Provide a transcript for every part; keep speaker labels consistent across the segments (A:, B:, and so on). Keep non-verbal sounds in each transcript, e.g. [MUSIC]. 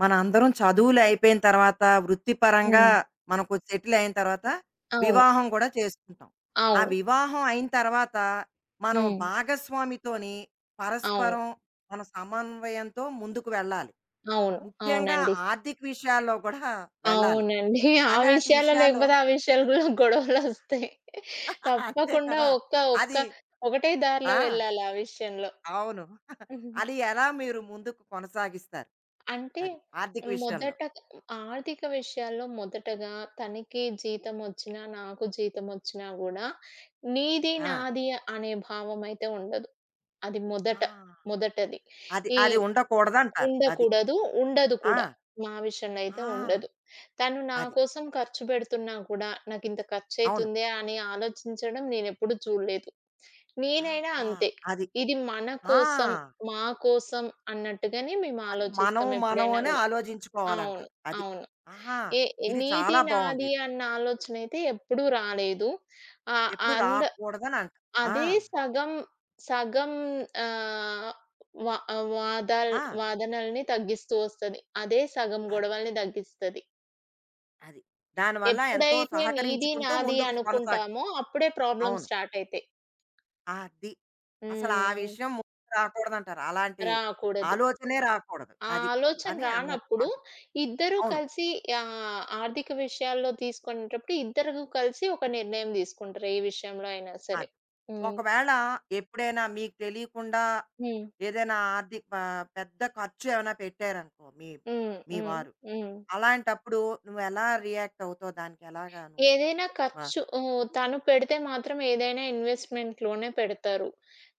A: మనందరం చదువులు అయిపోయిన తర్వాత, వృత్తిపరంగా
B: హ్మ్.
A: మనకు సెటిల్ అయిన తర్వాత,
B: అవును.
A: వివాహం కూడా చేసుకుంటాం. ఆ
B: అవును.
A: వివాహం అయిన తర్వాత, మనం
B: హ్మ్.
A: భాగస్వామితోని
B: అవును.
A: పరస్పరం మన సమన్వయంతో ముందుకు వెళ్ళాలి.
B: అవును.
A: ముఖ్యంగా
B: అవునండి.
A: ఆర్థిక విషయాల్లో కూడా వెళ్ళాలి.
B: అవునండి. [LAUGHS] ఆ
A: అలాంటి
B: విషయాల్లో
A: విషయాల్లో
B: లేకపోతే ఆ విషయాలు గూడా గొడవలొస్తాయి.
A: [LAUGHS] అంతే
B: తప్పకుండా
A: కదా!
B: ఒక్క
A: అది
B: ఒక్క ఒకటే
A: ఆ!
B: దారిలో వెళ్ళాలి ఆ విషయంలో.
A: అవును. [LAUGHS] అది ఎలా మీరు ముందుకు కొనసాగిస్తారు?
B: అంటే
A: అది ఆర్థిక విషయంలో?
B: మొదట ఆర్థిక విషయాల్లో మొదటగా తనకి జీతమొచ్చినా, నాకు జీతమొచ్చినా గూడా నీది,
A: ఆ!
B: నాది అనే భావం అయితే ఉండదు. అది
A: ఆ!
B: మొదట. మొదటది.
A: అది
B: ఈ
A: అది ఉండకూడదంటారు. అది.
B: ఉండకూడదు. ఉండదు
A: ఆ!
B: కూడా. మా విషయంలో అయితే
A: ఆ!
B: ఉండదు. తను నా
A: అది.
B: కోసం ఖర్చు పెడుతున్నా కూడా, నాకింత
A: అవును.
B: ఖర్చయితుందే అని ఆలోచించడం నేనెప్పుడు చూడలేదు. నేనైనా
A: అబ్బా!
B: అంతే.
A: అది.
B: ఇది మన
A: ఆ!
B: కోసం, మా కోసం అన్నట్టుగానే మేము
A: అది మనం,
B: ఆలోచిస్తాం
A: మనం
B: ఎప్పుడైనా
A: అనే
B: గూడా. అవును.
A: ఆలోచించుకోవాలంటారు. అది.
B: అవును.
A: ఆహా!
B: ఏ
A: ఇది
B: నీది,
A: చాలా
B: నాది
A: బావుందిది.
B: అన్న ఆలోచనయితే ఎప్పుడూ రాలేదు. ఆహ్,
A: ఎప్పుడు
B: అంద
A: రాకూడదని అంట. ఆ!
B: అదే సగం, సగం ఆహ్, వ వాదాల్
A: ఆ!
B: వాదనల్ని తగ్గిస్తూ వస్తది. అదే సగం
A: అది.
B: గొడవల్ని తగ్గిస్తది.
A: అది. దానివల్ల ఎంతో
B: ఎప్పుడైతే నీది,
A: సహకరించుకుంటూ
B: నాది
A: ముందుకు స కొనసాగ
B: అనుకుంటామో అప్పుడే
A: అవును.
B: ప్రాబ్లమ్స్ స్టార్ట్ అయితాయి.
A: అది. అసలు ఆ
B: హ్మ్.
A: విషయం ముందుకు రాకూడదంటారు. అలాంటి
B: రాకూడదు.
A: ఆలోచనే రాకూడదు.
B: ఆ
A: అది.
B: ఆలోచన
A: అని అన్నారు.
B: రానప్పుడు
A: అంటున్నా.
B: ఇద్దరూ
A: అవును.
B: కలిసి ఆర్థిక విషయాల్లో తీసుకునేటప్పుడు ఇద్దరు కలిసి ఒక నిర్ణయం తీసుకుంటారు. ఏ విషయంలో అయినా సరే.
A: అది.
B: హ్మ్.
A: ఒకవేళ ఎప్పుడైనా మీకు తెలియకుండా
B: హ్మ్.
A: ఏదైనా ఆర్థిక ప పెద్ద ఖర్చు ఏమైనా పెట్టారనుకో మీ
B: హ్మ్.
A: మీ
B: హ్మ్.
A: వారు.
B: హ్మ్.
A: అలాంటప్పుడు నువ్వెలా రియాక్ట్ అవుతావు? దానికి ఎలాగా నువ్వు
B: ఏదైనా
A: మ
B: ఖర్చు తను పెడితే మాత్రం ఏదైనా ఇన్వెస్ట్‌మెంట్‌లోనే పెడతారు.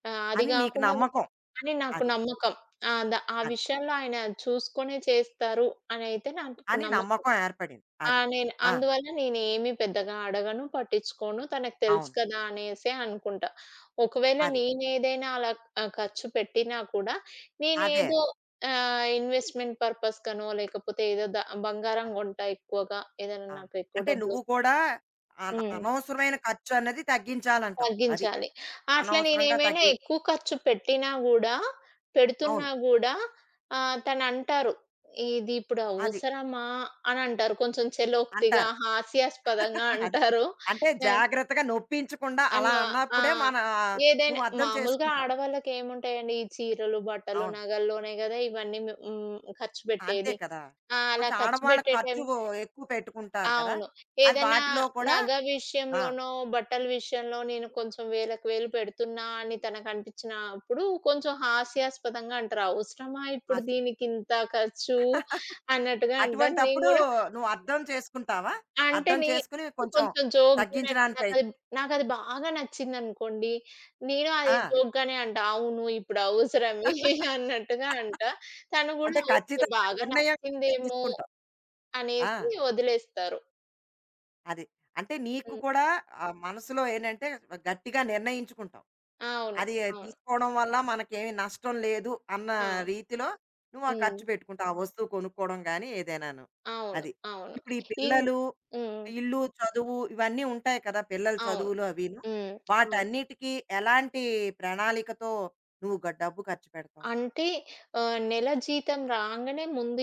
B: అది
A: అని నీకు
B: గాకుండా
A: నమ్మకం.
B: అని నాకు
A: అది.
B: నమ్మకం. ఆ
A: అది.
B: విషయంలో ఆయన చూసుకొనే చేస్తారు అనైతే నాకు
A: అని
B: నమ్మకం.
A: నమ్మకం ఏర్పడింది.
B: ఆ!
A: అది.
B: నేను
A: ఆ!
B: అందువల్ల నేనేమి పెద్దగా అడగను, పట్టించుకోను. తనకు తెలుసు
A: అవును.
B: కదా! అనేసే అనుకుంటా. ఒకవేళ
A: అది.
B: నేనేదైనా అలా ఖర్చు పెట్టినా కూడా
A: అదే.
B: నేనేదో ఇన్వెస్ట్‌మెంట్ పర్పస్ కనో లేకపోతే ఏదో బంగారం
A: అది.
B: కొంటా ఎక్కువగా. ఏదైనా
A: ఆ!
B: నాకు ఎక్కువ
A: అంటే
B: డబ్బులు
A: నువ్వు కూడా అన
B: హ్మ్.
A: అనవసరమైన ఖర్చన్నది తగ్గించాలంటావు. అది.
B: తగ్గించాలి. అట్లా
A: అనవసరంగా
B: నేనేమైనా
A: తగ్గి
B: ఎక్కువ ఖర్చు పెట్టినా గూడా
A: అవును.
B: పెడుతున్నా గూడా తనంటారు. "ఇది ఇప్పుడు
A: అది.
B: అవసరమా?" అనంటారు. కొంచెం చలోక్తిగా,
A: అంటారు.
B: హాస్యాస్పదంగా
A: [LAUGHS] అది.
B: అంటారు.
A: అంటే
B: ఎ
A: జాగ్రత్తగా నొప్పించకుండా అలా
B: అను ఆ!
A: అన్నప్పుడే మన
B: ఏదైనా
A: నువ్వు అర్థం
B: మామూలుగా
A: చేసుకుంటావు.
B: ఆడవాళ్ళకేముంటాయండి, ఈ చీరలు, బట్టలు,
A: అవును.
B: నగల్లోనే గదా! ఇవన్నీ మ్ హ్మ్. ఖర్చు
A: అంతే
B: పెట్టేది.
A: కదా!
B: ఆ! అలా
A: కొంచెం
B: ఖర్చు
A: ఆడవాళ్ళ
B: పెట్టే టైం
A: ఖర్చు ఎక్కువ పెట్టుకుంటారు కదా!
B: అవును.
A: అది
B: ఏదన్నా
A: వాటిలో కూడా
B: నగ
A: ఆ!
B: విషయంలోనో, బట్టల విషయంలో నేను కొంచెం వేలకు వేలు పెడుతున్నా అని తనకనిపించినప్పుడు కొంచెం హాస్యాస్పదంగా అంటారు. "అవసరమా ఇప్పుడు
A: ఆస్తి.
B: దీనికింత ఖర్చు" అన్నట్టుగా అంటారు. నేను
A: అటువంటప్పుడు
B: గూడా
A: నువ్వు అర్థం చేసుకుంటావా?
B: అంటే
A: అర్థం
B: నేను
A: చేసుకొని కొంచెం
B: కొంచెం జోక్‌గానే
A: తగ్గించడానికి ప్రయత్
B: నాకది నాకది బాగా నచ్చిందనుకోండి. నేను అది
A: ఆ!
B: జోక్‌గానే అంటా. "అవును ఇప్పుడు అవసరమే" [LAUGHS] అన్నట్టుగా అంటా. తను
A: అంటే
B: గూడా ఓకే.
A: ఖచ్చితంగా
B: బాగా
A: నిర్ణయం అయితే
B: నచ్చిందేమో
A: తీసుకుంటావు. ఆ!
B: అనేసి వదిలేస్తారు.
A: అది. అంటే నీకు
B: హ్మ్.
A: కూడా ఆహ్, మనసులో ఏంటంటే గట్టిగా నిర్ణయించుకుంటావు.
B: అవును.
A: అది
B: అవును.
A: తీసుకోవడం వల్ల మనకేమి నష్టం లేదు అన్న
B: అవును.
A: రీతిలో నువ్వు ఆ
B: హ్మ్.
A: ఖర్చు పెట్టుకుంటావు. ఆ వస్తువు కొనుక్కోవడం గాని ఏదైనాను.
B: అవును.
A: అది.
B: అవును.
A: ఇప్పుడు ఈ
B: ఇం
A: పిల్లలు,
B: హ్మ్.
A: ఇల్లు, చదువు ఇవన్నీ ఉంటాయి కదా! పిల్లల
B: అవును.
A: చదువులు అవిను.
B: హ్మ్. అవును.
A: వాటన్నిటికీ ఎలాంటి ప్రణాళికతో నువ్వు గ డబ్బు ఖర్చు పెడతావు?
B: అంటే నెల జీతం రాంగానే ముందు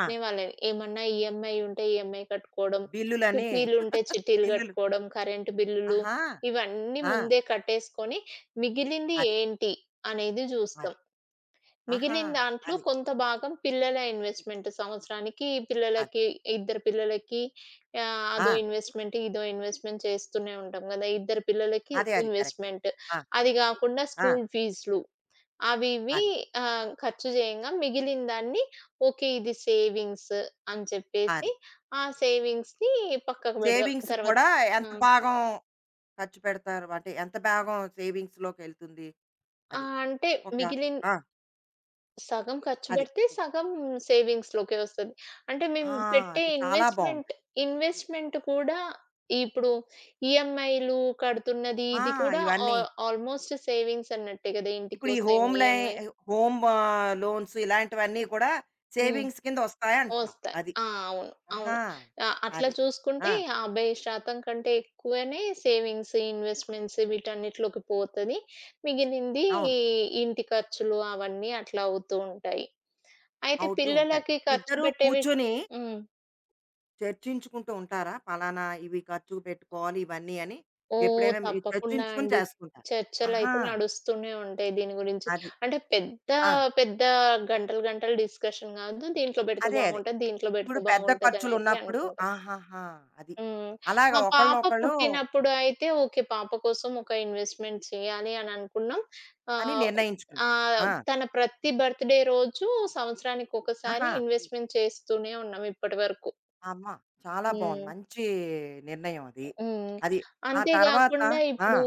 A: ఆ!
B: వాళ్ళవి. ఏమన్నా ఈఎంఐ ఉంటే ఈఎంఐ కట్టుకోవడం,
A: బిల్లులని [LAUGHS]
B: చిట్టీలుంటే చిట్టీలు
A: బిల్లులు.
B: కట్టుకోవడం, కరెంటు బిల్లులు
A: ఆహా!
B: ఇవన్నీ
A: ఆ!
B: ముందే కట్టేసుకొని మిగిలింది
A: అది.
B: ఏంటి అనేది
A: అది.
B: జూస్తాం.
A: ఆహా!
B: మిగిలిన దాంట్లో
A: అది.
B: కొంత భాగం పిల్లల ఇన్వెస్ట్‌మెంట్. సంవత్సరానికి
A: అది.
B: పిల్లలకి, ఇద్దరు పిల్లలకి
A: ఆ!
B: అదో ఇన్వెస్ట్‌మెంట్, ఇదో ఇన్వెస్ట్‌మెంట్ చేస్తూనే ఉంటాం గదా! ఇద్దరు పిల్లలకి
A: అదే. అది కరెక్ట్.
B: ఇన్వెస్ట్‌మెంట్.
A: ఆ!
B: అది గాకుండా
A: ఆ!
B: స్కూల్ ఫీజులు అవి ఇవి
A: అది.
B: ఖర్చు చేయంగా మిగిలిన దాన్ని ఓకే. ఇది సేవింగ్స్ అని చెప్పేసి
A: అది.
B: ఆ సేవింగ్స్‌ని పక్కకు పెడదాం
A: సేవింగ్స్
B: తర్వాత.
A: కూడా ఎంత
B: ఆ!
A: భాగం ఖర్చు పెడతారు. అంటే ఎంత భాగం సేవింగ్స్‌లోకెళ్తుంది
B: ఆ!
A: అది.
B: అంటే
A: ఒక
B: మిగిలిన
A: ఆ!
B: సగం ఖర్చు
A: అది.
B: పెడితే, సగం సేవింగ్స్‌లోకే వస్తది. అంటే మేము
A: ఆ!
B: పెట్టే
A: అది చాలా
B: ఇన్వెస్ట్‌మెంట్,
A: బావుంటది.
B: ఇన్వెస్ట్‌మెంట్ కూడా ఇప్పుడు ఈఎంఐలు కడుతున్నది,
A: ఆ!
B: ఇది కూడా ఆ
A: ఇవన్నీ
B: ఆల్మోస్ట్ సేవింగ్స్ అన్నట్టే కదా!
A: ఇప్పుడు ఈ
B: ఇంటికోసం
A: హోమ్ లై
B: ఈఎంఐ.
A: హోమ్ ఆహ్, లోన్స్ ఇలాంటివన్నీ కూడా
B: హ్మ్.
A: సేవింగ్స్ కింద వస్తాయంటున్నావు.
B: వస్తాయి.
A: అది.
B: ఆ! అవును.
A: ఆహా!
B: అవును. అట్లా
A: అది. ఆ!
B: చూసుకుంటే 50% కంటే ఎక్కువనే సేవింగ్స్, ఇన్వెస్ట్‌మెంట్స్ వీటన్నిటిలోకి పోతది. మిగిలింది
A: అవును.
B: ఇంటి ఖర్చులు అవన్నీ అట్లా అవుతూ ఉంటాయి. అయితే
A: అవుతూ ఉంటాయి.
B: పిల్లలకి ఖర్చు
A: ఇద్దరూ
B: పెట్టే
A: కూర్చొని
B: హ్మ్.
A: చర్చించుకుంటూ ఉంటారా? పలానా ఇవి ఖర్చుకు పెట్టుకోవాలి ఇవన్నీ అని
B: ఓహ్!
A: ఎప్పుడైనా మీరు
B: తప్పకుండా
A: చర్చించుకుని
B: అండి.
A: చేసుకుంటారు. ఆహా!
B: చర్చలైతే నడుస్తూనే ఉంటాయి దీని గురించి.
A: అది.
B: అంటే పెద్ద
A: ఆ!
B: పెద్ద గంటలు గంటలు డిస్కషన్ కాదు. దీంట్లో పెడితే
A: అదే.
B: బాగుంటది, దీంట్లో
A: ఇప్పుడు
B: పెడితే
A: పెద్ద
B: బాగుంటదనైతే
A: ఖర్చులున్నప్పుడు
B: అనుకుంటాం.
A: ఆహాహా! అది.
B: హ్మ్.
A: అలాగా
B: మా పాప
A: ఒకళ్ళనొకళ్ళు
B: పుట్టినప్పుడు అయితే ఓకే. పాప కోసం ఒక ఇన్వెస్ట్‌మెంట్ చేయాలి అని అనుకున్నాం.
A: అని
B: ఆహ్,
A: నిర్ణయించుకున్నాం.
B: ఆహ్,
A: ఆ!
B: తన ప్రతి బర్త్‌డే రోజు సంవత్సరానికొకసారి
A: ఆహా!
B: ఇన్వెస్ట్‌మెంట్ చేస్తూనే ఉన్నాం ఇప్పటి వరకు.
A: అమ్మ! చాలా బావుంది.
B: హ్మ్.
A: మంచి నిర్ణయం అది.
B: హ్మ్.
A: అది. ఆ తర్వాత
B: అంతేగాకుండా
A: ఆ!
B: ఇప్పుడు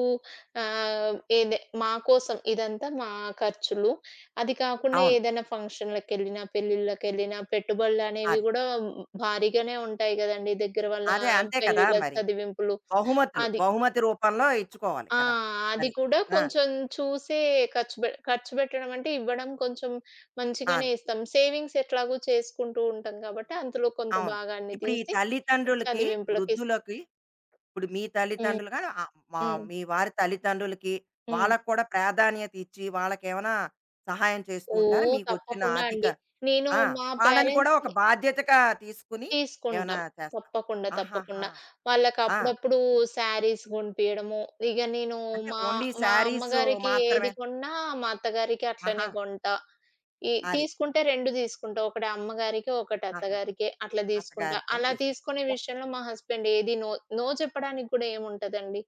B: ఆహ్, ఏదే మా కోసం ఇదంతా మా ఖర్చులు. అది కాకుండా
A: అవును.
B: ఏదైనా ఫంక్షన్‌లకెళ్ళినా, పెళ్ళిళ్ళకెళ్ళినా పెట్టుబడులనేవి
A: అదే.
B: గూడా భారీగానే ఉంటాయి గదండీ! దగ్గర వాళ్ళ
A: అదే. అంతే కదా!
B: పెళ్ళిళ్ళ
A: మరి.
B: చదివింపులు.
A: బహుమతులు.
B: అది.
A: బహుమతి రూపంలో ఇచ్చుకోవాలి
B: ఆ!
A: కదా!
B: అది
A: అది.
B: కూడా
A: ఆ!
B: కొంచెం చూసే ఖర్చు పెట్టడం అంటే ఇవ్వడం కొంచెం మంచిగానే
A: అదే.
B: ఇస్తాం. సేవింగ్స్ ఎట్లాగో చేసుకుంటూ ఉంటాం కాబట్టి అందులో కొంత
A: అవును.
B: భాగాన్ని
A: ఇప్పుడు ఈ
B: తీసి
A: తల్లిదండ్రులకి,
B: చదివింపులకిస్తాం.
A: వృద్ధులకి ఇప్పుడు మీ
B: హ్మ్.
A: తల్లిదండ్రులుగా ఆ మా
B: హ్మ్.
A: మీ వారి తల్లిదండ్రులకి,
B: హ్మ్.
A: వాళ్ళకి కూడా ప్రాధాన్యత ఇచ్చి, వాళ్ళకేమైనా సహాయం చేస్తూ ఉంటారా?
B: ఓహ్!
A: మీకొచ్చిన
B: తప్పకుండా
A: ఆర్థిక
B: అండి. నేను
A: ఆ!
B: మా
A: వాళ్ళని కూడా ఒక
B: పేరెంట్స్‌కి
A: బాధ్యతగా తీసుకొని ఏమైనా
B: తీసుకుంటాం.
A: చేస్తారా?
B: తప్పకుండా,
A: ఆహాహా!
B: తప్పకుండా.
A: ఆ!
B: వాళ్ళకప్పుడప్పుడు శారీస్ గొనిపియడము, ఇగ నేను
A: అంటే
B: మా
A: ఓన్లీ
B: మా
A: శారీసు
B: అమ్మగారికి ఏది
A: మాత్రమే.
B: కొన్నా మా అత్తగారికి
A: ఆహా!
B: అట్లనే కొంటా. ఈ
A: అది.
B: తీసుకుంటే 2 తీసుకుంటా. ఒకటి అమ్మగారికి, ఒకటి
A: ఆహా!
B: అత్తగారికే అట్లా తీసుకుంటా.
A: అత్తగారికి అని
B: అలా
A: తీసుకున్నారు.
B: తీసుకునే
A: ఒక్
B: విషయంలో మా హస్బెండ్ ఏది నో, నో చెప్పడానికి గూడా ఏముంటదండి.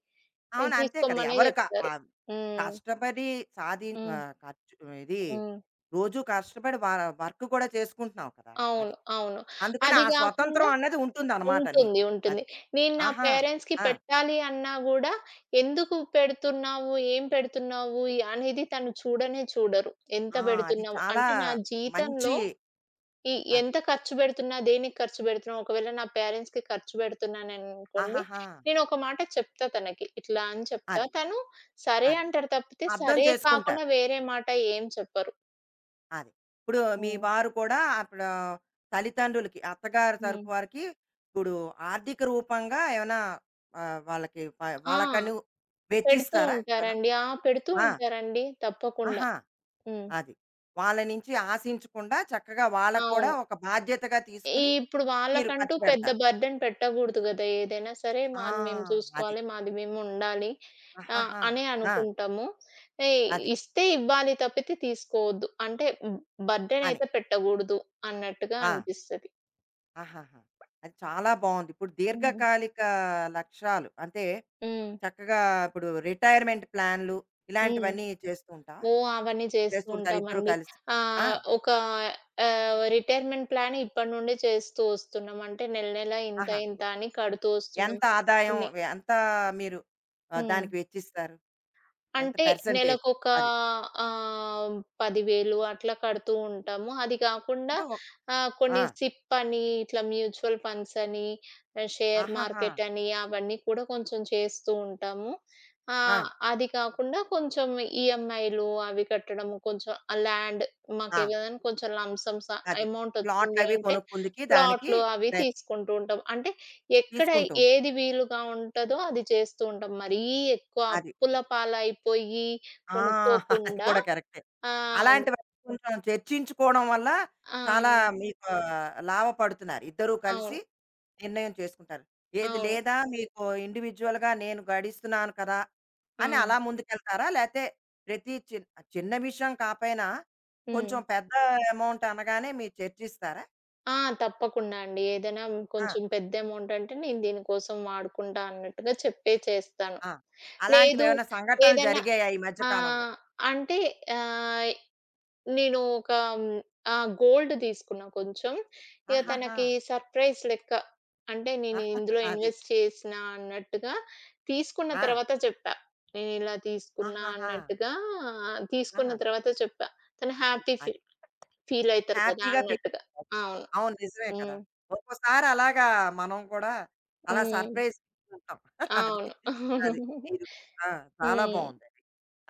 B: నేను
A: అవును. అంతే కదా!
B: తీసుకోమనే
A: ఎవరు క
B: జెప్తారు.
A: ఆహ్,
B: హ్మ్.
A: కష్టపడి సాధి
B: హ్మ్.
A: ఆహ్, ఖర్చు ఇది
B: హ్మ్.
A: రోజు కష్టపడి వ వర్క్ కూడా చేసుకుంటున్నావు కదా!
B: అవును.
A: అది.
B: అవును.
A: అందుకని
B: అది
A: ఆ
B: గాకుండా
A: స్వతంత్రం అన్నది ఉంటుందనమాట
B: ఉంటుంది.
A: నీకు.
B: ఉంటుంది.
A: అది.
B: నేను నా
A: ఆహా!
B: పేరెంట్స్‌కి
A: ఆ!
B: పెట్టాలి అన్నా గూడా, ఎందుకు పెడుతున్నావు? ఏం పెడుతున్నావు? అనేది తను చూడనే చూడరు. ఎంత
A: ఆ! అది
B: పెడుతున్నావు?
A: చాలా
B: అంటే నా జీతంలో
A: మంచి
B: ఈ
A: అది.
B: ఎంత ఖర్చు పెడుతున్నా, దేనికి ఖర్చు పెడుతున్నా, ఒకవేళ నా పేరెంట్స్‌కి ఖర్చు పెడుతున్నాననుకోండి,
A: ఆహాహా!
B: నేను ఒక మాట చెప్తా తనకి. ఇట్లా అని చెప్తా.
A: అది.
B: తను సరే
A: అది.
B: అంటారు తప్పితే,
A: అర్థం
B: సరే
A: చేసుకుంటారు.
B: కాకుండా వేరే మాట ఏం చెప్పరు.
A: అది. ఇప్పుడు మీ
B: హ్మ్.
A: వారు కూడా అప్పుడు తల్లిదండ్రులకి, అత్తగారి
B: హ్మ్.
A: తరపు వారికి ఇప్పుడు ఆర్థిక రూపంగా ఏమైనా ఆహ్, వాళ్ళకి ప
B: ఆ!
A: వాళ్ళకని
B: పెడుతూ
A: వెచ్చిస్తారా ఏమైనా?
B: ఉంటారండి. ఆ! పెడుతూ
A: ఆ!
B: ఉంటారండి. తప్పకుండా.
A: ఆహా!
B: హ్మ్.
A: అది. వాళ్ళ నుంచి ఆశించకుండా చక్కగా వాళ్ళకి కూడా
B: అవును.
A: ఒక బాధ్యతగా తీసుకొని
B: ఇప్పుడు
A: మీరు
B: వాళ్ళకంటూ
A: ఖర్చు
B: పెద్ద
A: పెడతారు.
B: బర్డెన్ పెట్టగూడదు గదా! ఏదైనా సరే
A: ఆ!
B: మాది మేము
A: అది.
B: చూసుకోవాలి. మాది మేముండాలి.
A: ఆహాహా!
B: అనే
A: ఆ!
B: అనుకుంటాము. ఎ
A: అది.
B: ఇస్తే ఇవ్వాలి తప్పితే తీసుకోవద్దు. అంటే హ్మ్,
A: అని.
B: బర్డెనయితే పెట్టగూడదు అన్నట్టుగా
A: ఆ!
B: అనిపిస్తది.
A: ఆహాహా! అది చాలా బావుంది. ఇప్పుడు
B: హ్మ్.
A: దీర్ఘకాలిక లక్ష్యాలు అంటే,
B: హ్మ్.
A: చక్కగా ఇప్పుడు రిటైర్మెంట్ ప్లాన్‌లు
B: హ్మ్.
A: ఇలాంటివన్నీ చేస్తూ ఉంటావా?
B: ఓహ్! అవన్నీ చేస్తూ
A: చేస్తుంటారు ఇద్దరూ
B: ఉంటామండి.
A: కలిసి. ఆ!
B: ఆహ్, ఒక రిటైర్మెంట్ ప్లాన్ ఇప్పటి నుండే చేస్తూ వస్తున్నాం. అంటే నెల నెల ఇంత
A: ఆహా!
B: ఇంత అని కడుతూ వస్తున్నాం.
A: ఎంత ఆదాయం
B: కొన్ని
A: ఎంత మీరు ఆహ్,
B: హ్మ్.
A: దానికి వెచ్చిస్తారు? ఎంత
B: అంటే
A: పర్సెంటేజ్?
B: నెలకొక
A: అది.
B: ఆహ్, 10,000 అట్లా కడుతూ ఉంటాము. అది కాకుండా
A: అంటే ఒక్ ఆ!
B: కొన్ని సిప్ అని, ఇట్లా మ్యూచువల్ ఫండ్స్ అని, షేర్
A: ఆహాహా!
B: మార్కెట్ అని అవన్నీ కూడా కొంచెం చేస్తూ ఉంటాము.
A: ఆ!
B: అది కాకుండా కొంచెం ఈఎంఐలు అవి కట్టడము, కొంచెం ఆ ల్యాండ్
A: ఆ!
B: మాకేదైనా కొంచెం లంప్ సమ్
A: అది.
B: అమౌంట్ వచ్చింది
A: ప్లాట్‌లవి
B: అంటే
A: కొనుక్కుందుకి దానికి
B: ప్లాట్లు అవి
A: ప్రయత్
B: తీసుకుంటూ ఉంటాం. అంటే ఎక్కడ
A: తీసుకుంటూ ఉంటాం.
B: ఏది వీలుగా ఉంటదో అది చేస్తూ ఉంటాం. మరీ ఎక్కువ
A: అది.
B: అప్పుల పాలైపోయి
A: ఆ! [LAUGHS] అది
B: కొనుక్కోకుండా
A: కూడా కరెక్టే.
B: ఆహ్,
A: అలాంటివి కొంచెం చర్చించుకోవడం వల్ల
B: ఆ!
A: చాలా మీకు లాభపడుతున్నారు. ఇద్దరూ కలిసి
B: అవును.
A: నిర్ణయం చేసుకుంటారు. ఏది
B: అవును.
A: లేదా మీకు ఇండివిడ్యుయల్‌గా నేను గడిస్తున్నాను కదా!
B: ఆ!
A: అని అలా ముందుకెళ్తారా? లేతే ప్రతి చిన్ చిన్న విషయం కాపోయినా
B: హ్మ్.
A: కొంచెం పెద్ద అమౌంట్ అనగానే మీరు చర్చిస్తారా?
B: ఆ! తప్పకుండా అండి. ఏదైనా
A: ఆ!
B: కొంచెం పెద్ద అమౌంట్ అంటే నేను దీనికోసం వాడుకుంటా అన్నట్టుగా చెప్పే చేస్తాను.
A: ఆ!
B: లేదు
A: అలాంటివేమైనా సంఘటనలు
B: ఏదైనా
A: జరిగాయా ఈ మధ్య కాలంలో?
B: ఆహ్, అంటే ఆహ్, నేను ఒక హ్మ్, గోల్డ్ తీసుకున్నా కొంచెం. ఇగ హ్మ్.
A: ఆహాహా!
B: తనకి సర్‌ప్రైజ్ లెక్క. అంటే నేను
A: ఆహాహా,
B: ఇందులో
A: అది.
B: ఇన్వెస్ట్ చేసినా అన్నట్టుగా తీసుకున్న
A: ఆ!
B: తర్వాత చెప్పా. నేనిలా తీసుకున్నా
A: ఆహాహా!
B: అన్నట్టుగా ఆ, తీసుకున్న
A: ఆ!
B: తర్వాత చెప్పా. తను హ్యాపీ
A: అది.
B: ఫీల్ ఫీల్ అయితారు కదా!
A: హ్యాపీగా ఫీల్
B: అన్నట్టుగా.
A: అయ్యారది.
B: అవును.
A: అవును. నిజమే కదా!
B: హ్మ్.
A: ఒక్కోసారి అలాగా మనం కూడా అలా
B: హ్మ్.
A: సర్ప్రైజ్ ఇస్తూ ఉంటాం. [LAUGHS] అది.
B: అవును. [LAUGHS]
A: అది.
B: అవును.
A: మీరు ఆ! చాలా
B: హ్మ్.
A: బావుందది.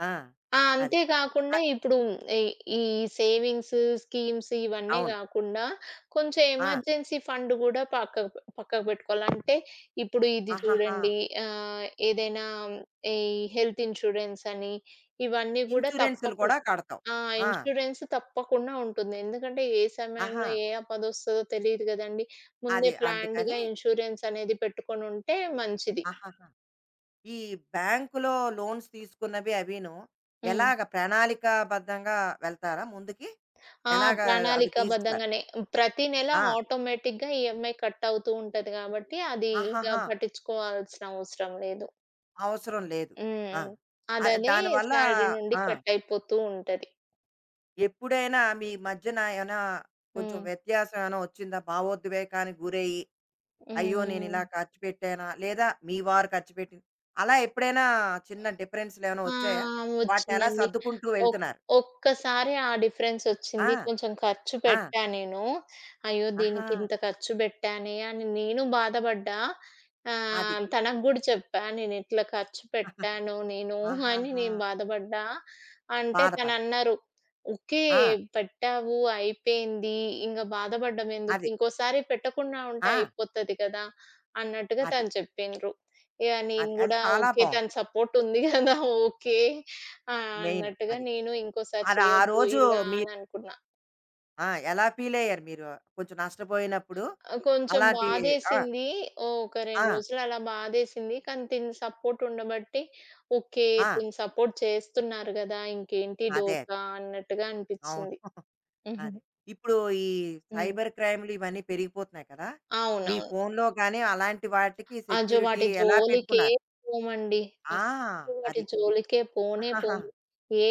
A: ఆ!
B: ఆ!
A: అది.
B: అంతే గాకుండా
A: అది.
B: ఇప్పుడు ఈ ఈ సేవింగ్స్, స్కీమ్స్ ఇవన్నీ
A: అవును.
B: గాకుండా కొంచెం
A: ఆ!
B: ఎమర్జెన్సీ ఫండ్ గూడా పక్కకు పెట్టుకోవాలి. అంటే ఇప్పుడు ఇది
A: ఆహాహా!
B: చూడండి ఏదైనా ఈ హెల్త్ ఇన్స్యూరెన్స్ అని ఇవన్నీ గూడా
A: ఇన్స్యూరెన్సులు కూడా
B: తప్పకుండా
A: కడతావు.
B: ఆ!
A: ఆ!
B: ఇన్స్యూరెన్స్ తప్పకుండా ఉంటుంది. ఎందుకంటే ఏ
A: ఆహా!
B: సమయంలో ఏ ఆపదొస్తదో తెలీదు గదండీ. ముందే
A: అదే.
B: ప్లాన్డ్‌గా
A: అందుకని
B: ఇన్స్యూరెన్స్ అనేది పెట్టుకొనుంటే మంచిది.
A: ఆహాహా! ఈ బ్యాంకులో లోన్స్ తీసుకున్నవి అవిను
B: హ్మ్.
A: ఎలాగ ప్రణాళికాబద్ధంగా వెళ్తారా ముందుకి?
B: ఆ!
A: ఎలాగా అవి తీరుస్తారు?
B: ప్రణాళికాబద్ధంగానే. ప్రతి నెల
A: ఆ!
B: ఆటోమేటిక్‌గా ఈఎంఐ కట్ అవుతూ ఉంటది కాబట్టి, అది ఇక
A: ఆహాహా!
B: పట్టించుకోవాల్సిన అవసరం లేదు.
A: అవసరం లేదు. ఆ!
B: హ్మ్.
A: ఆహ్,
B: అదనే
A: దానివల్ల
B: శాలరీ నుండి
A: ఆ!
B: కట్ అయిపోతూ ఉంటది.
A: ఎప్పుడైనా మీ మధ్యన ఏమైనా కొంచెం
B: హ్మ్.
A: వ్యత్యాసం ఏమైనా వచ్చిందా? భావోద్వేగానికి గురయ్యి, అయ్యో! నేనిలా
B: హ్మ్.
A: ఖర్చు పెట్టానా? లేదా మీ వారు ఖర్చు పెట్టి అలా ఎప్పుడైనా చిన్న డిఫరెన్స్‌లు ఏమైనా
B: ఆ!
A: వచ్చాయా? వాటిని ఎలా
B: వచ్చిందండి.
A: సర్దుకుంటూ
B: ఒక్
A: వెళ్తున్నారు?
B: ఒక్కసారి ఆ
A: ఆ!
B: డిఫరెన్సొచ్చింది. కొంచెం ఖర్చు
A: ఆ!
B: పెట్టా నేను. అయ్యో!
A: ఆహా!
B: దీనికింత ఖర్చు పెట్టానే అని నేను బాధపడ్డా.
A: అది.
B: తనకు గూడా చెప్పా. నేనిట్లా ఖర్చు పెట్టాను నేను అని
A: ఆహాహా!
B: నేను బాధపడ్డా. అంటే
A: బాధపడ
B: తనన్నారు, "ఓకే.
A: ఆ!
B: పెట్టావు అయిపోయింది. ఇంగ బాధపడడం ఎందుకు?
A: అది.
B: ఇంకోసారి పెట్టకుండా ఉంటే
A: ఆ!
B: అయిపోతది కదా!" అన్నట్టుగా
A: అది.
B: తను చెప్పిండ్రు. యాహ్! నేను
A: అది. అది
B: గూడా
A: చాలా
B: ఓకే.
A: బావుంది.
B: తన సపోర్ట్ ఉంది గదా! ఓకే. ఆ!
A: మెయిన్
B: అన్నట్టుగా
A: అది.
B: నేను ఇంకోసారి
A: అది ఆ
B: చేయొద్దు
A: రోజు
B: ఇలా
A: మీ
B: అని అనుకున్నా.
A: ఆ! ఎలా ఫీలయ్యారు మీరు? కొంచెం నష్టపోయినప్పుడు
B: కొంచెం
A: అలాంటి ఆ!
B: బాధేసింది. ఒక 2
A: ఆ!
B: రోజులు అలా బాధేసింది. కానీ తిను సపోర్ట్ ఉండబట్టి ఓకే.
A: ఆ!
B: తిను సపోర్ట్ చేస్తున్నారు గదా! ఇంకేంటి
A: అదే.
B: డోకా అన్నట్టుగా
A: అవును.
B: అనిపిచ్చింది. హుహు.
A: అదే. ఇప్పుడు ఈ
B: హ్మ్.
A: సైబర్ క్రైమ్‌లు ఇవన్నీ పెరిగిపోతున్నాయి కదా! మీ
B: అవునవును.
A: ఫోన్‌లో గాని అలాంటి వాటికి
B: అజో
A: సెక్యూరిటీ
B: వాటి
A: ఎలా
B: జోలికే
A: పెట్టుకున్నారు?
B: పోమండి.
A: ఆ!
B: అస్సలు వాటి
A: అది.
B: జోలికే పోనే
A: ఆహాహా!
B: పోము.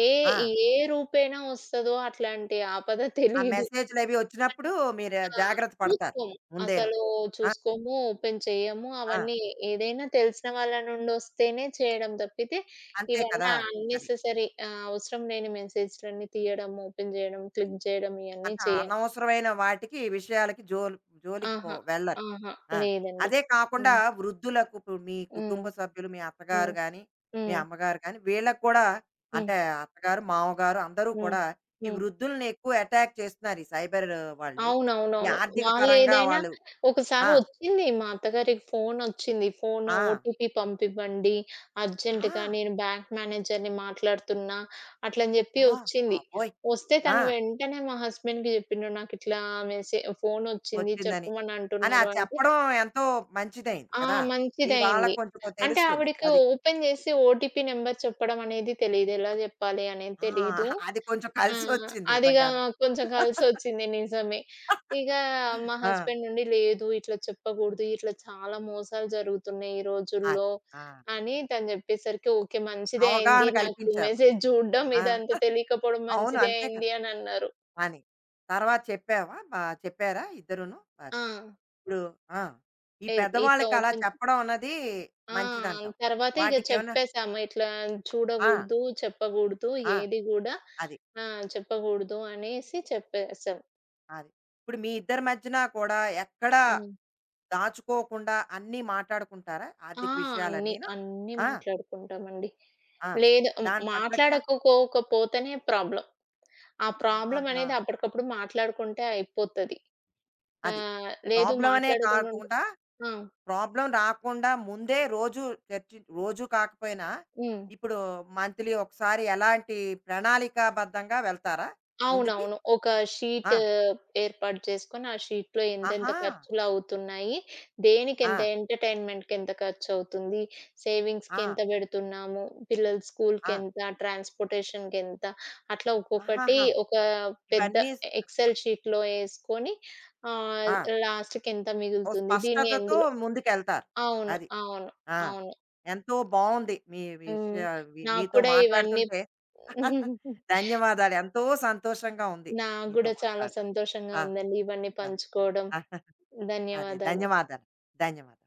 B: ఏ
A: ఆ!
B: ఏ రూపేణ వస్తదో అట్లాంటి ఆపద
A: ఆ
B: తెలీదు.
A: మెసేజ్‌లవి
B: కానీ
A: వచ్చినప్పుడు మీరు
B: ఆ!
A: జాగ్రత్త పడతారు
B: చూసుకోము.
A: ముందేను.
B: అసలు
A: ఆ!
B: చూసుకోము, ఓపెన్ చేయము.
A: ఆ!
B: అవన్నీ ఏదైనా తెలిసిన వాళ్ళ నుండొస్తేనే చేయడం తప్పితే,
A: అంతే
B: ఇవన్నీ
A: కదా! అది.
B: అన్నెసెసరీ అవసరం లేని మెసేజ్‌లన్నీ తీయడం, ఓపెన్ చేయడం, క్లిక్ చేయడం ఇయన్నీ
A: అంటే
B: చేయం.
A: అనవసరమైన వాటికి, విషయాలకి జోలు జోలికి పో
B: ఆహా!
A: వెళ్ళరు.
B: ఆహా!
A: ఆ!
B: లేదండి.
A: అదే కాకుండా
B: హ్మ్.
A: వృద్ధులకు ఇప్పుడు మీ కుటుంబ
B: హ్మ్.
A: సభ్యులు, మీ అత్తగారు
B: హ్మ్.
A: గాని, మీ
B: హ్మ్.
A: అమ్మగారు గాని, వీళ్ళకి కూడా
B: హ్మ్.
A: అంటే అత్తగారు, మామగారు అందరూ
B: హ్మ్.
A: కూడా ఈ
B: హ్మ్.
A: వృద్ధుల్ని ఎక్కువ అటాక్ చేస్తున్నారు ఈ సైబర్ వాళ్ళు. ఈ
B: అవునవునవును.
A: ఆర్థిక పరంగా
B: వాళ్ళేదైనా
A: వాళ్ళు
B: ఒకసారి
A: ఆ!
B: ఒచ్చింది మా అత్తగారికి ఫోనొచ్చింది. ఫోను
A: ఆ!
B: ఓటీపీ పంపివ్వండి అర్జెంట్‌గా
A: ఆ!
B: నేను బ్యాంక్ మేనేజర్‌ని మాట్లాడుతున్నా అట్లని జెప్పి
A: అబ్బా!
B: ఒచ్చింది.
A: బాబోయ్!
B: ఒస్తే
A: ఆ!
B: తను వెంటనే మా హస్బెండ్‌కి జెప్పిండు నాకిట్లా ఫోనొచ్చింది
A: వచ్చిందని.
B: చెప్పమని
A: అని ఆ
B: అంటున్నారు అంటే
A: చెప్పడం ఎంతో మంచిదైంది
B: ఆ!
A: కదా! మీ
B: మంచిదయింది.
A: వాళ్ళకి కొంచెం
B: అంటే
A: తెలుస్తుంది.
B: ఆవిడకి
A: అది.
B: ఓపెన్ జేసి ఓటీపీ నంబర్ చెప్పడం అనేది తెలీదు. ఎలా జెప్పాలి అనేది
A: ఆ!
B: తెలీదు.
A: అది కొంచెం
B: ఆ!
A: కలిసొచ్చింది
B: అదిగా
A: నిజంగాను.
B: కొంచెం కలిసొచ్చింది. నిజమే. ఇక మా
A: ఆ!
B: హస్బెండ్ నుండి లేదు ఇట్లా చెప్పకూడదు. ఇట్లా చాలా మోసాలు జరుగుతున్నాయి ఈ రోజుల్లో
A: అది. ఆ!
B: అని తను చెప్పేసరికి ఓకే. మంచిదే
A: అవగాహన
B: అయింది. నాకు
A: కల్పించావా?
B: మెసేజ్ చూడడం
A: ఆ!
B: ఇదంతా తెలియకపోవడం
A: అవును.
B: మంచిదే
A: అంతే కదా!
B: అయింది అని అన్నారు.
A: అని. తర్వాత చెప్పావా? బా చెప్పారా ఇద్దరూను? అది.
B: ఆ!
A: ఇప్పుడు ఆ! ఈ
B: ఇ ఇట్లా
A: పెద్దవాళ్ళకి అలా
B: ఓపెన్
A: చెప్పడం అన్నది
B: ఆ!
A: మంచిదంటావు.
B: తర్వాత ఇక
A: వాటికేమన్నా
B: చెప్పేసాము. ఇట్లా
A: ఆ!
B: చూడకూడదు, చెప్పకూడదు
A: ఆ!
B: ఏది కూడా
A: అది.
B: ఆ! చెప్పకూడదు అనేసి చెప్పేసాం.
A: అది. ఇప్పుడు మీ ఇద్దరి మధ్యన కూడా ఎక్కడా
B: హ్మ్.
A: దాచుకోకుండా అన్నీ మాట్లాడుకుంటారా?
B: ఆ!
A: ఆర్థిక
B: అన్నీ,
A: విషయాలన్నీను?
B: అన్నీ
A: ఆ!
B: మాట్లాడుకుంటామండి.
A: ఆ!
B: లేదు హ్మ్,
A: దానికి తగ్గట్టుగా
B: మాట్లాడకపోకపోతేనే ప్రాబ్లమ్. ఆ ప్రాబ్లమ్
A: ఆహాహా!
B: అనేది అప్పటికప్పుడు మాట్లాడుకుంటే అయిపోతది.
A: అది.
B: లేదు
A: ప్రాబ్లమ్ అనే
B: మాట్లాడకుండా ఉంటే
A: కాకుండా,
B: ఆ!
A: ప్రాబ్లమ్ రాకుండా ముందే రోజు చర్చి రోజు కాకపోయినా,
B: హ్మ్.
A: ఇప్పుడు మంత్లీ ఒకసారి ఎలాంటి ప్రణాళికాబద్ధంగా వెళ్తారా ముందుకి?
B: అవునవును. ఒక షీట్
A: ఆ!
B: ఏర్పాటు చేసుకొని, ఆ షీట్‌లో ఎంతెంత
A: ఆహా!
B: ఖర్చులవుతున్నాయి,
A: ఆ!
B: దేనికెంత ఎంటర్‌టైన్‌మెంట్‌కెంత ఖర్చవుతుంది,
A: ఆ!
B: సేవింగ్స్‌కెంత బెడుతున్నాము, పిల్లల
A: ఆ!
B: స్కూల్‌కెంత, ట్రాన్స్‌పోర్టేషన్‌కెంత, అట్లా ఒక్కొక్కటి
A: ఆహాహా!
B: ఒక పెద్ద
A: ఇవన్నీ స్
B: ఎక్సెల్ షీట్‌లో యేసుకొని ఆహ్,
A: ఆ!
B: లాస్ట్‌కెంత
A: ఓ
B: మిగులుతుంది, దీన్ని
A: స్పష్టతతో
B: ఎందులో
A: ముందుకెళ్తారు.
B: అవును.
A: అది.
B: అవును.
A: ఆ!
B: అవును.
A: ఎంతో బావుంది మీ
B: హ్మ్.
A: విషయ వి
B: నాకు
A: మీతో
B: కూడా ఇవన్నీ
A: మాట్లాడుతుంటే [LAUGHS]
B: [LAUGHS]
A: ధన్యవాదాలు. ఎంతో సంతోషంగా ఉంది
B: నాకు
A: మీతో
B: గూడా చాలా
A: మాట్లాడడం.
B: సంతోషంగా
A: ఆ!
B: ఉందండి. ఇవన్నీ పంచుకోవడం,
A: అదే
B: ధన్యవాదాలు.
A: ధన్యవాదాలు ధన్యవాదాలు